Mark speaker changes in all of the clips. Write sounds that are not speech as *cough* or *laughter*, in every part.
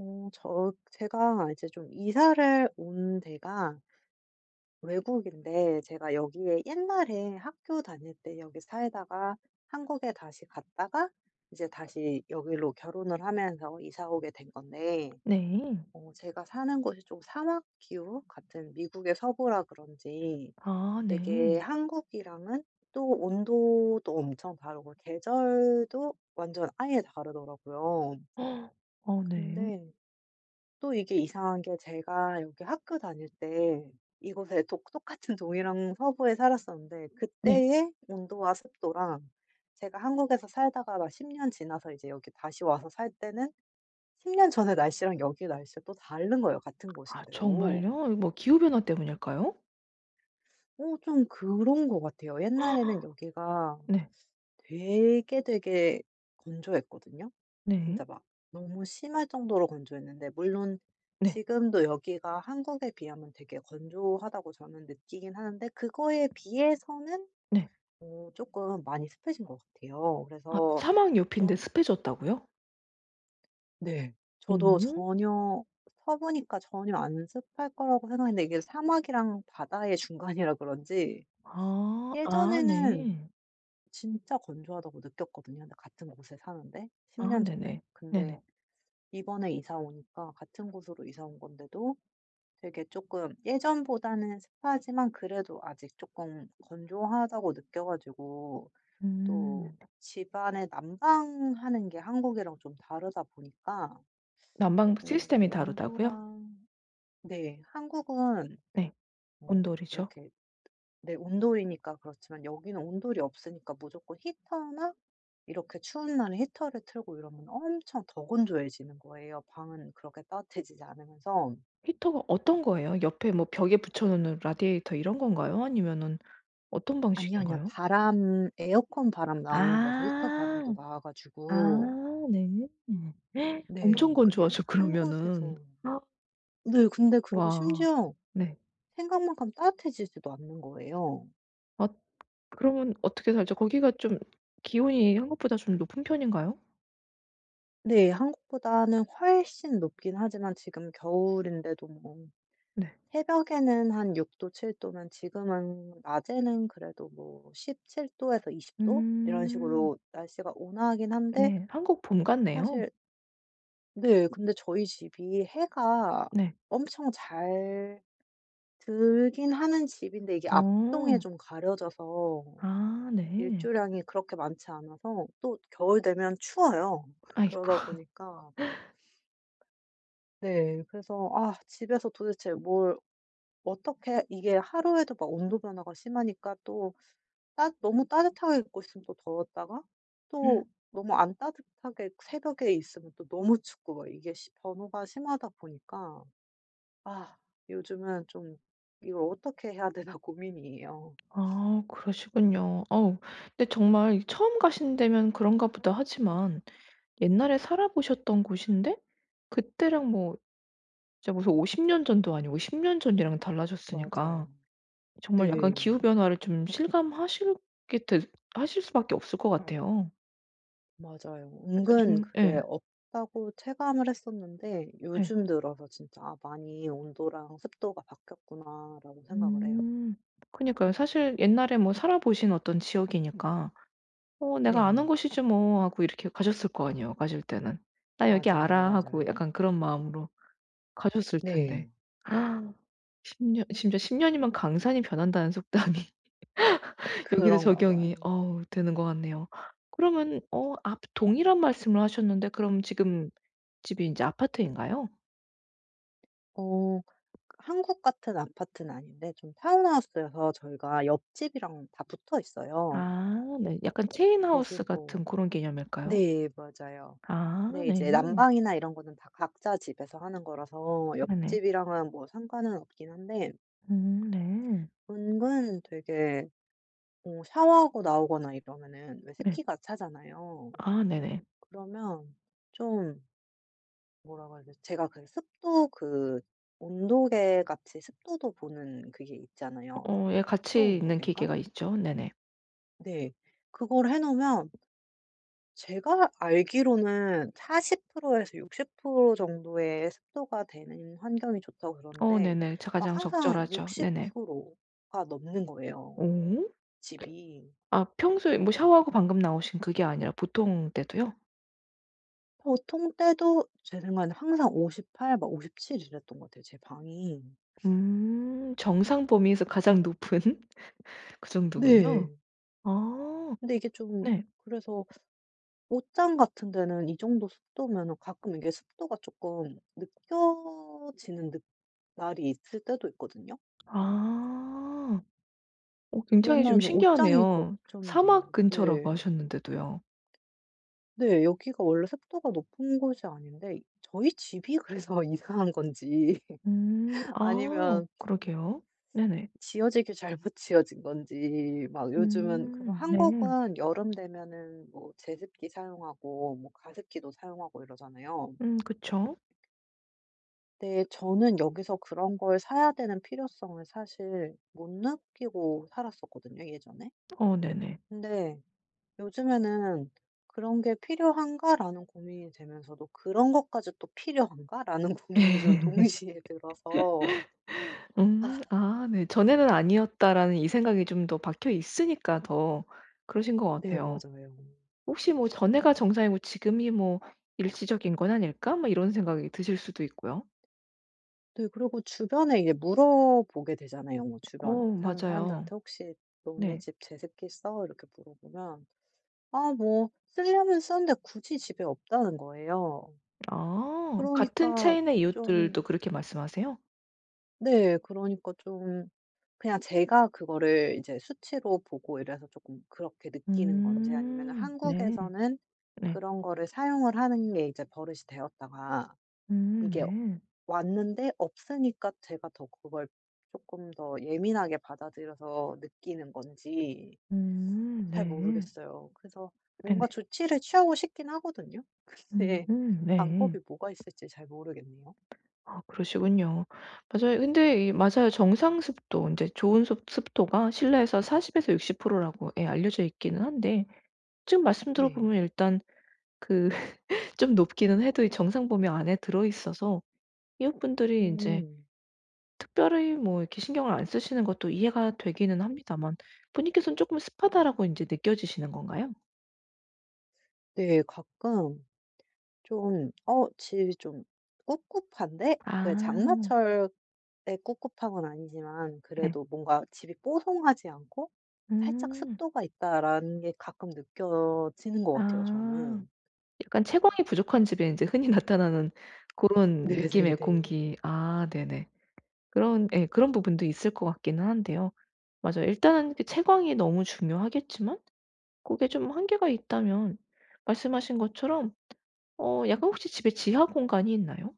Speaker 1: 제가 좀 이사를 온 데가 외국인데, 제가 여기에 옛날에 학교 다닐 때 여기 살다가 한국에 다시 갔다가 이제 다시 여기로 결혼을 하면서 이사 오게 된 건데,
Speaker 2: 네.
Speaker 1: 제가 사는 곳이 좀 사막 기후 같은 미국의 서부라 그런지
Speaker 2: 아
Speaker 1: 되게
Speaker 2: 네.
Speaker 1: 한국이랑은 또 온도도 엄청 다르고 계절도 완전 아예 다르더라고요.
Speaker 2: 헉, 어 네.
Speaker 1: 근데 또 이게 이상한 게, 제가 여기 학교 다닐 때 이곳에 독 똑같은 동이랑 서부에 살았었는데,
Speaker 2: 네.
Speaker 1: 그때의 온도와 습도랑 제가 한국에서 살다가 막 10년 지나서 이제 여기 다시 와서 살 때는 10년 전의 날씨랑 여기 날씨가 또 다른 거예요, 같은
Speaker 2: 아
Speaker 1: 곳인데도.
Speaker 2: 정말요? 이거 뭐 기후 변화 때문일까요?
Speaker 1: 좀 그런 것 같아요. 옛날에는 여기가
Speaker 2: 네.
Speaker 1: 되게 되게 건조했거든요.
Speaker 2: 네.
Speaker 1: 진짜 막 너무 심할 정도로 건조했는데, 물론
Speaker 2: 네.
Speaker 1: 지금도 여기가 한국에 비하면 되게 건조하다고 저는 느끼긴 하는데, 그거에 비해서는
Speaker 2: 네.
Speaker 1: 어금 많이 습해진 것 같아요.
Speaker 2: 아
Speaker 1: 그래서
Speaker 2: 사막 옆인데
Speaker 1: 좀.
Speaker 2: 습해졌다고요?
Speaker 1: 네. 저도
Speaker 2: 음.
Speaker 1: 전혀, 서부니까 전혀 안 습할 거라고 생각했는데, 이게 사막이랑 바다의 *laughs* 중간이라 그런지,
Speaker 2: 아. 아
Speaker 1: 예전에는
Speaker 2: 네.
Speaker 1: 진짜 건조하다고 느꼈거든요, 근데 같은 곳에 사는데 10
Speaker 2: 아
Speaker 1: 년 전에.
Speaker 2: 네네.
Speaker 1: 근데
Speaker 2: 네네.
Speaker 1: 이번에 이사 오니까 같은 곳으로 이사 온 건데도 되게 조금 예전보다는 습하지만 그래도 아직 조금 건조하다고 느껴 가지고, 또
Speaker 2: 네네.
Speaker 1: 집안에 난방하는 게 한국이랑 좀 다르다 보니까.
Speaker 2: 난방
Speaker 1: 이거
Speaker 2: 시스템이 다르다고요?
Speaker 1: 온도랑, 네 한국은
Speaker 2: 네.
Speaker 1: 어
Speaker 2: 온돌이죠.
Speaker 1: 이렇게, 네 온돌이니까. 그렇지만 여기는 온돌이 없으니까 무조건 히터나 이렇게 추운 날에 히터를 틀고 이러면 엄청 더 건조해지는 거예요, 방은 그렇게 따뜻해지지 않으면서.
Speaker 2: 히터가 어떤 거예요? 옆에 뭐 벽에 붙여 놓는 라디에이터 이런 건가요? 아니면은 어떤
Speaker 1: 아니요, 아니
Speaker 2: 방식인가요?
Speaker 1: 바람 에어컨 바람 나오는 데서 히터 바람도
Speaker 2: 아.
Speaker 1: 나와 가지고,
Speaker 2: 아 네. 엄청
Speaker 1: 네 그게
Speaker 2: 건조하죠
Speaker 1: 한
Speaker 2: 그러면은.
Speaker 1: 곳에서. 네 근데 그리고
Speaker 2: 와.
Speaker 1: 심지어
Speaker 2: 네.
Speaker 1: 생각만큼 따뜻해지지도 않는 거예요.
Speaker 2: 아. 그러면 어떻게 살죠? 거기가 좀 기온이 한국보다 좀 높은 편인가요?
Speaker 1: 네 한국보다는 훨씬 높긴 하지만 지금 겨울인데도 뭐
Speaker 2: 네.
Speaker 1: 새벽에는 한 6도 7 도면, 지금은 낮에는 그래도 뭐 17 도에서 20도 이런
Speaker 2: 음.
Speaker 1: 식으로 날씨가 온화하긴 한데.
Speaker 2: 네. 한국 봄 같네요.
Speaker 1: 사실, 네 근데 저희 집이 해가
Speaker 2: 네.
Speaker 1: 엄청 잘 들긴 하는 집인데 이게 앞동에
Speaker 2: 어.
Speaker 1: 좀 가려져서
Speaker 2: 아 네.
Speaker 1: 일조량이 그렇게 많지 않아서 또 겨울 되면 추워요. *laughs*
Speaker 2: 아이고.
Speaker 1: 그러다 보니까, 네 그래서 집에서 도대체 뭘 어떻게, 이게 하루에도 막 온도 변화가 심하니까 또 따 너무 따뜻하게 입고 있으면 또 더웠다가, 또 너무 안 따뜻하게 새벽에 있으면 또 너무 춥고, 막 이게 시 변호가 심하다 보니까 아 요즘은 좀 이걸 어떻게 해야 되나 *laughs* 고민이에요.
Speaker 2: 아 그러시군요. 어우, 근데 정말 처음 가신 데면 그런가 보다 하지만 옛날에 살아 보셨던 곳인데 그때랑 뭐 진짜 무슨 50년 전도 아니고 10년 전이랑 달라졌으니까
Speaker 1: 맞아요.
Speaker 2: 정말 약간
Speaker 1: 네.
Speaker 2: 기후 변화를 좀 실감하실게될 하실 수밖에 없을 것 같아요.
Speaker 1: 맞아요.
Speaker 2: 그래서
Speaker 1: 은근
Speaker 2: 좀 예.
Speaker 1: 그게 없다고 체감을 했었는데
Speaker 2: 예.
Speaker 1: 요즘 들어서 진짜 '아 많이 온도랑 습도가 바뀌었구나.'라고 생각을 해요.
Speaker 2: 음. 그니까요. 사실 옛날에 뭐 살아 보신 어떤 지역이니까 '어 내가 아는
Speaker 1: 네.
Speaker 2: 곳이지 뭐.' 하고 이렇게 가셨을 거 아니에요, 가실 때는. '나 여기
Speaker 1: 맞아요,
Speaker 2: 알아.' 하고
Speaker 1: 맞아요.
Speaker 2: 약간 그런 마음으로 가셨을 텐데.
Speaker 1: 네.
Speaker 2: 10 년 진짜 10 년이면 강산이 변한다는 속담이 여기도
Speaker 1: 그런가
Speaker 2: 적용이
Speaker 1: 봐요.
Speaker 2: 어우 되는 것 같네요. 그러면 앞 동일한 말씀을 하셨는데 그럼 지금 집이 인제 아파트인가요?
Speaker 1: 어. 한국 같은 아파트는 아닌데 좀 타운하우스여서 저희가 옆집이랑 다 붙어 있어요.
Speaker 2: 아 네. 약간 체인 하우스
Speaker 1: 대신 뭐,
Speaker 2: 같은 고런 개념일까요?
Speaker 1: 네 맞아요.
Speaker 2: 아
Speaker 1: 근데
Speaker 2: 네.
Speaker 1: 이제 난방이나 이런 거는 다 각자 집에서 하는 거라서
Speaker 2: 네네.
Speaker 1: 옆집이랑은 뭐 상관은 없긴 한데,
Speaker 2: 네.
Speaker 1: 은근 되게 샤워하고 나오거나 이러면은 왜
Speaker 2: 네.
Speaker 1: 습기가 차잖아요.
Speaker 2: 아 네네.
Speaker 1: 그러면 좀 뭐라고 해야 되지? 제가 그 습도, 그 온도계 같이 습도도 보는 그게 있잖아요.
Speaker 2: 어 예,
Speaker 1: 습도
Speaker 2: 같이 있는
Speaker 1: 온도계인가?
Speaker 2: 기계가 있죠. 네네.
Speaker 1: 네. 그걸 해 놓으면, 제가 알기로는 40% 에서 60% 정도의 습도가 되는 환경이 좋다고
Speaker 2: 어
Speaker 1: 그러는데
Speaker 2: 네네. 자,
Speaker 1: 막
Speaker 2: 가장
Speaker 1: 항상
Speaker 2: 적절하죠.
Speaker 1: 60%
Speaker 2: 네네.
Speaker 1: 가 넘는 거예요,
Speaker 2: 오.
Speaker 1: 집이.
Speaker 2: 아, 평소에 뭐 샤워하고 방금 나오신 그게 아니라 보통 때도요?
Speaker 1: 보통 때도 제 생각에는 항상 58 막 57 이랬던 것 같아요, 제 방이.
Speaker 2: 음. 정상 범위에서 가장 높은 *laughs* 그 정도군요.
Speaker 1: 네.
Speaker 2: 아.
Speaker 1: 근데 이게 좀
Speaker 2: 네.
Speaker 1: 그래서 옷장 같은 데는 이 정도 습도면은 가끔 이게 습도가 쪼끔 느껴지는 느 날이 있을 때도 있거든요.
Speaker 2: 아. 어
Speaker 1: 그런
Speaker 2: 굉장히 좀
Speaker 1: 날은 좀 옷장이
Speaker 2: 신기하네요.
Speaker 1: 걱정이 돼요.
Speaker 2: 사막 근처라고
Speaker 1: 네.
Speaker 2: 하셨는데도요.
Speaker 1: 네. 여기가 원래 습도가 높은 곳이 아닌데 저희 집이 그래서 *laughs* 이상한 건지
Speaker 2: 음.
Speaker 1: *laughs*
Speaker 2: 아
Speaker 1: 아니면
Speaker 2: 그러게요. 네네.
Speaker 1: 지어지길 잘못 지어진 건지. 막 요즘은 그래서,
Speaker 2: 네.
Speaker 1: 한국은 여름 되면은 뭐 제습기 사용하고 뭐 가습기도 사용하고 이러잖아요.
Speaker 2: 그쵸.
Speaker 1: 근데 저는 여기서 그런 걸 사야 되는 필요성을 사실 못 느끼고 살았었거든요, 예전에.
Speaker 2: 어 네네.
Speaker 1: 근데 요즘에는 '그런 게 필요한가?'라는 고민이 되면서도 '그런 것까지 또 필요한가?'라는 *laughs* 고민이 좀
Speaker 2: *laughs*
Speaker 1: 동시에 들어서. 아.
Speaker 2: 아 네. '전에는 아니었다.'라는 이 생각이 좀 더 박혀 있으니까 더 그러신 것
Speaker 1: 네
Speaker 2: 같아요.
Speaker 1: 맞아요.
Speaker 2: 혹시 뭐 '전에가 정상이고 지금이 뭐 일시적인 건 아닐까?' 뭐 이런 생각이 드실 수도 있고요.
Speaker 1: 네 그리고 주변에 이제 물어보게 되잖아요. 뭐 주변
Speaker 2: 어,
Speaker 1: 사는
Speaker 2: 맞아요.
Speaker 1: 사람들한테 "혹시 너네
Speaker 2: 네.
Speaker 1: 집 제습기 써?" 이렇게 물어보면 아 뭐 쓰려면 쓰는데 굳이 집에 없다는 거예요.
Speaker 2: 아, 같은
Speaker 1: 그러니까
Speaker 2: 체인의 이웃들도
Speaker 1: 좀,
Speaker 2: 그렇게 말씀하세요?
Speaker 1: 네 그러니까 좀 그냥 제가 그거를 이제 수치로 보고 이래서 조금 그렇게 느끼는 건지, 아니면
Speaker 2: 음. 네.
Speaker 1: 한국에서는
Speaker 2: 네.
Speaker 1: 그런 거를 사용을 하는 게 이제 버릇이 되었다가 이게
Speaker 2: 네.
Speaker 1: 왔는데 없으니까 제가 더 그걸 조금 더 예민하게 받아들여서 느끼는 건지 잘
Speaker 2: 네.
Speaker 1: 모르겠어요. 그래서
Speaker 2: 네네.
Speaker 1: 뭔가 조치를 취하고 싶긴 하거든요. *laughs* 근데
Speaker 2: 음음 네.
Speaker 1: 방법이 뭐가 있을지 잘 모르겠네요.
Speaker 2: 아 그러시군요. 맞아요. 근데 이 맞아요. 정상 습도, 이제 좋은 습 습도가 실내에서 40에서 60% 라고 예 알려져 있기는 한데, 지금 말씀
Speaker 1: 네.
Speaker 2: 들어보면 일단 그 *laughs* 좀 높기는 해도 이 정상 범위 안에 들어 있어서 이웃분들이 이제
Speaker 1: 음.
Speaker 2: 특별히 뭐 이렇게 신경을 안 쓰시는 것도 이해가 되기는 합니다만, 본인께서는 쪼끔 습하다라고 인제 느껴지시는 건가요?
Speaker 1: 네. 가끔 좀 집이 좀 꿉꿉한데,
Speaker 2: 아.
Speaker 1: 그 장마철의 꿉꿉한 건 아니지만
Speaker 2: 네.
Speaker 1: 그래도 뭔가 집이 뽀송하지 않고 살짝
Speaker 2: 음.
Speaker 1: 습도가 있다라는 게 가끔 느껴지는 것 같아요,
Speaker 2: 아.
Speaker 1: 저는.
Speaker 2: 약간 채광이 부족한 집에 인제 흔히 나타나는 고런
Speaker 1: 네네네.
Speaker 2: 느낌의 공기. 아 네네. 그런 예 그런 부분도 있을 것 같기는 한데요. 맞아요. 일단은 그 채광이 너무 중요하겠지만 고게 좀 한계가 있다면 말씀하신 것처럼 약간 혹시 집에 지하 공간이 있나요?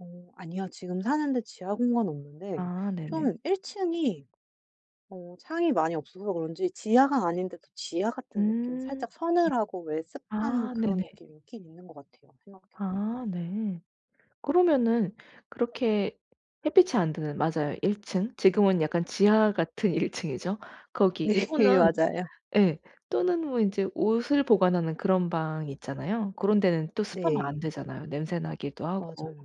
Speaker 1: 아니야 지금 사는데 지하 공간 없는데,
Speaker 2: 아 네네.
Speaker 1: 좀 1 층이 창이 많이 없어서 그런지 지하가 아닌데도 지하 같은 느낌이
Speaker 2: 음.
Speaker 1: 살짝 서늘하고 왜 습한
Speaker 2: 아
Speaker 1: 그런
Speaker 2: 네네.
Speaker 1: 느낌이 있긴 있는 것 같아요, 생각해 보니까.
Speaker 2: 아 네. 그러면은 그렇게 햇빛이 안 드는 맞아요. 1층, 지금은 약간 지하 같은 *laughs* 1 층이죠.
Speaker 1: *laughs*
Speaker 2: 거기
Speaker 1: 네
Speaker 2: 또는
Speaker 1: 맞아요.
Speaker 2: 예. 또는 뭐 인제 옷을 보관하는 그런 방 있잖아요. 그런 데는 또 습하면 안
Speaker 1: 네.
Speaker 2: 되잖아요. 냄새 나기도 하고.
Speaker 1: 맞아요.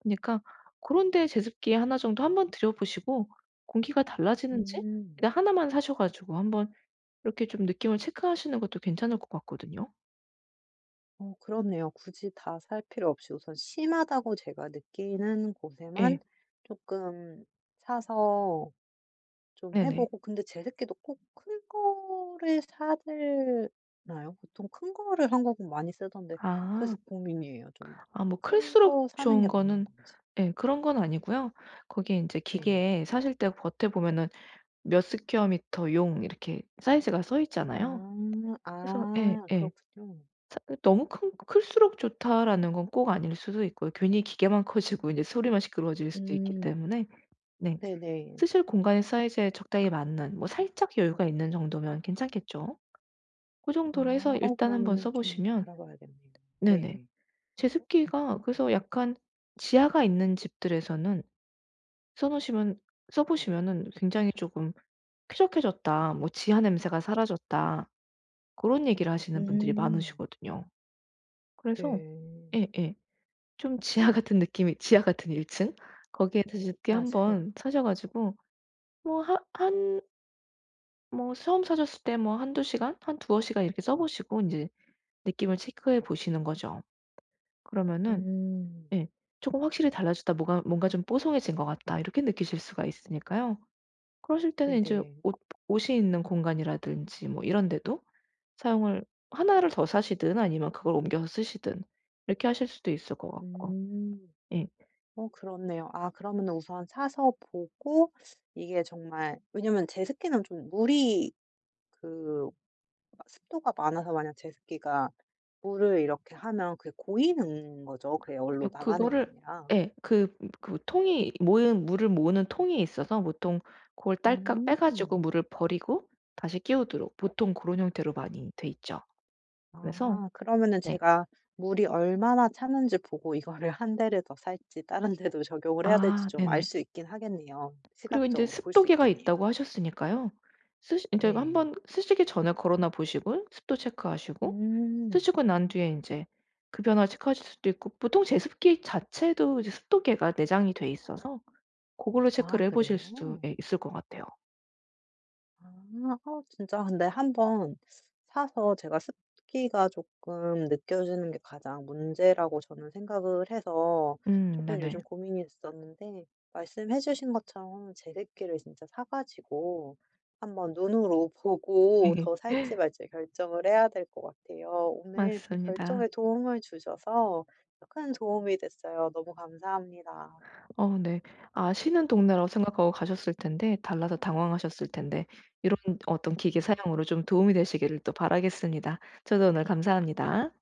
Speaker 2: 그니까 고런 데 제습기 하나 정도 한번 들여 보시고 공기가 달라지는지
Speaker 1: 음.
Speaker 2: 그냥 나만 사셔 가지고 한번 이렇게 좀 느낌을 체크하시는 것도 괜찮을 것 같거든요.
Speaker 1: 그렇네요. 굳이 다 살 필요 없이 우선 심하다고 제가 느끼는 곳에만
Speaker 2: 예.
Speaker 1: 조금 사서 좀 해
Speaker 2: 네네.
Speaker 1: 보고. 근데 제 새끼도 꼭 큰 거를 사들나요? 보통 큰 거를 한국은 많이 쓰던데.
Speaker 2: 아.
Speaker 1: 그래서 고민이에요, 좀.
Speaker 2: 아, 뭐
Speaker 1: 큰
Speaker 2: 클수록
Speaker 1: 거 사는
Speaker 2: 좋은
Speaker 1: 게 맞는
Speaker 2: 거는
Speaker 1: 건지.
Speaker 2: 예 그런 건 아니고요. 거기에 인제
Speaker 1: 네.
Speaker 2: 기계에 사실 때 겉에 보면은 몇 스퀘어미터 용 이렇게 사이즈가 써 있잖아요.
Speaker 1: 아.
Speaker 2: 그래서 예
Speaker 1: 아
Speaker 2: 예.
Speaker 1: 그렇군요.
Speaker 2: 사 너무 큰, '클수록 좋다.'라는 건 꼭 아닐 수도 있고요. 괜히 기계만 *laughs* 커지고 인제 소리만 시끄러워질 수도 있기
Speaker 1: 음.
Speaker 2: 때문에 네.
Speaker 1: 네네.
Speaker 2: 쓰실 공간의 사이즈에 적당히 맞는, 뭐 살짝 여유가 있는 정도면 괜찮겠죠. 고 정도로
Speaker 1: 아.
Speaker 2: 해서 일단 한번
Speaker 1: 그러면은
Speaker 2: 써
Speaker 1: 좀
Speaker 2: 보시면
Speaker 1: 알아봐야겠네요.
Speaker 2: 네네.
Speaker 1: 네.
Speaker 2: 제습기가 그래서 약간 지하가 있는 집들에서는 써 놓으시면 써 보시면은 굉장히 조금 쾌적해졌다, 뭐 "지하 냄새가 사라졌다." 그런 얘기를 하시는 분들이
Speaker 1: 음.
Speaker 2: 많으시거든요. 그래서
Speaker 1: 네.
Speaker 2: 예예. 좀 지하 같은 느낌이, 지하 같은 1 층? 거기에 다시 게
Speaker 1: 맞아요.
Speaker 2: 한번 사셔 가지고 뭐 하 한 뭐 처음 사셨을 때 뭐 한두 시간? 한 두어 시간 이렇게 써 보시고 인제 느낌을 체크해 보시는 거죠. 그러면은
Speaker 1: 음.
Speaker 2: 예 '조금 확실히 달라졌다. 뭐가 뭔가 좀 뽀송해진 것 같다.' 이렇게 느끼실 수가 있으니까요. 그러실 때는 인제
Speaker 1: 네네.
Speaker 2: 옷 옷이 있는 공간이라든지 뭐 이런 데도 사용을 나를 더 사시든 아니면 그걸 옮겨서 쓰시든 이렇게 하실 수도 있을 것 같고.
Speaker 1: 음.
Speaker 2: 예.
Speaker 1: 그렇네요. 아 그러면 우선 사서 보고. 이게 정말 왜냐면 제습기는 좀 물이, 그 습도가 많아서, 만약 제습기가 물을 이렇게 하면 그게 고이는 거죠, 그
Speaker 2: 어
Speaker 1: 에어로 나가는 게
Speaker 2: 그거를
Speaker 1: 아니라.
Speaker 2: 예. 그 통이, 모은 물을 모으는 통이 있어서 보통 고걸 딸깍 빼 가지고
Speaker 1: 음.
Speaker 2: 물을 버리고 다시 끼우도록 보통 고런 형태로 많이 돼 있죠. 그래서
Speaker 1: 아 그러면은
Speaker 2: 네.
Speaker 1: 제가 물이 얼마나 차는지 보고 이거를 *laughs* 한 대를 더 살지 다른 데도 적용을 해야 될지
Speaker 2: 아
Speaker 1: 좀 알
Speaker 2: 네네.
Speaker 1: 수 있긴 하겠네요.
Speaker 2: 그리고 인제
Speaker 1: 시각적으로 볼 수
Speaker 2: 습도계가 있다고
Speaker 1: 있겠네요.
Speaker 2: 하셨으니까요. 쓰시 인제
Speaker 1: 네.
Speaker 2: 한번 쓰시기 전에 걸어놔 보시고 습도 체크하시고
Speaker 1: 음.
Speaker 2: 쓰시고 난 뒤에 인제 그 변화 체크하실 수도 있고, 보통 제습기 자체도 이제 습도계가 내장이 돼 있어서 고걸로
Speaker 1: 아
Speaker 2: 체크를 해 보실 수 예
Speaker 1: 그래요?
Speaker 2: 있을 것 같아요.
Speaker 1: 아. 진짜 근데 한번 사서, 제가 습기가 조금 느껴지는 게 가장 문제라고 저는 생각을 해서 조금
Speaker 2: 네네.
Speaker 1: 요즘 고민이 있었는데, 말씀해 주신 것처럼 제습기를 진짜 사 가지고 한번 눈으로 *laughs* 보고 더 살지
Speaker 2: *laughs*
Speaker 1: 말지 결정을 해야 될 것 같아요. 오늘 좀
Speaker 2: 맞습니다.
Speaker 1: 결정에 도움을 주셔서 큰 도움이 됐어요. 너무 감사합니다.
Speaker 2: 어 네. 아시는 동네라고 생각하고 가셨을 텐데 달라서 당황하셨을 텐데 이런 어떤 기계 사용으로 좀 도움이 되시기를 또 바라겠습니다. 저도 오늘 감사합니다.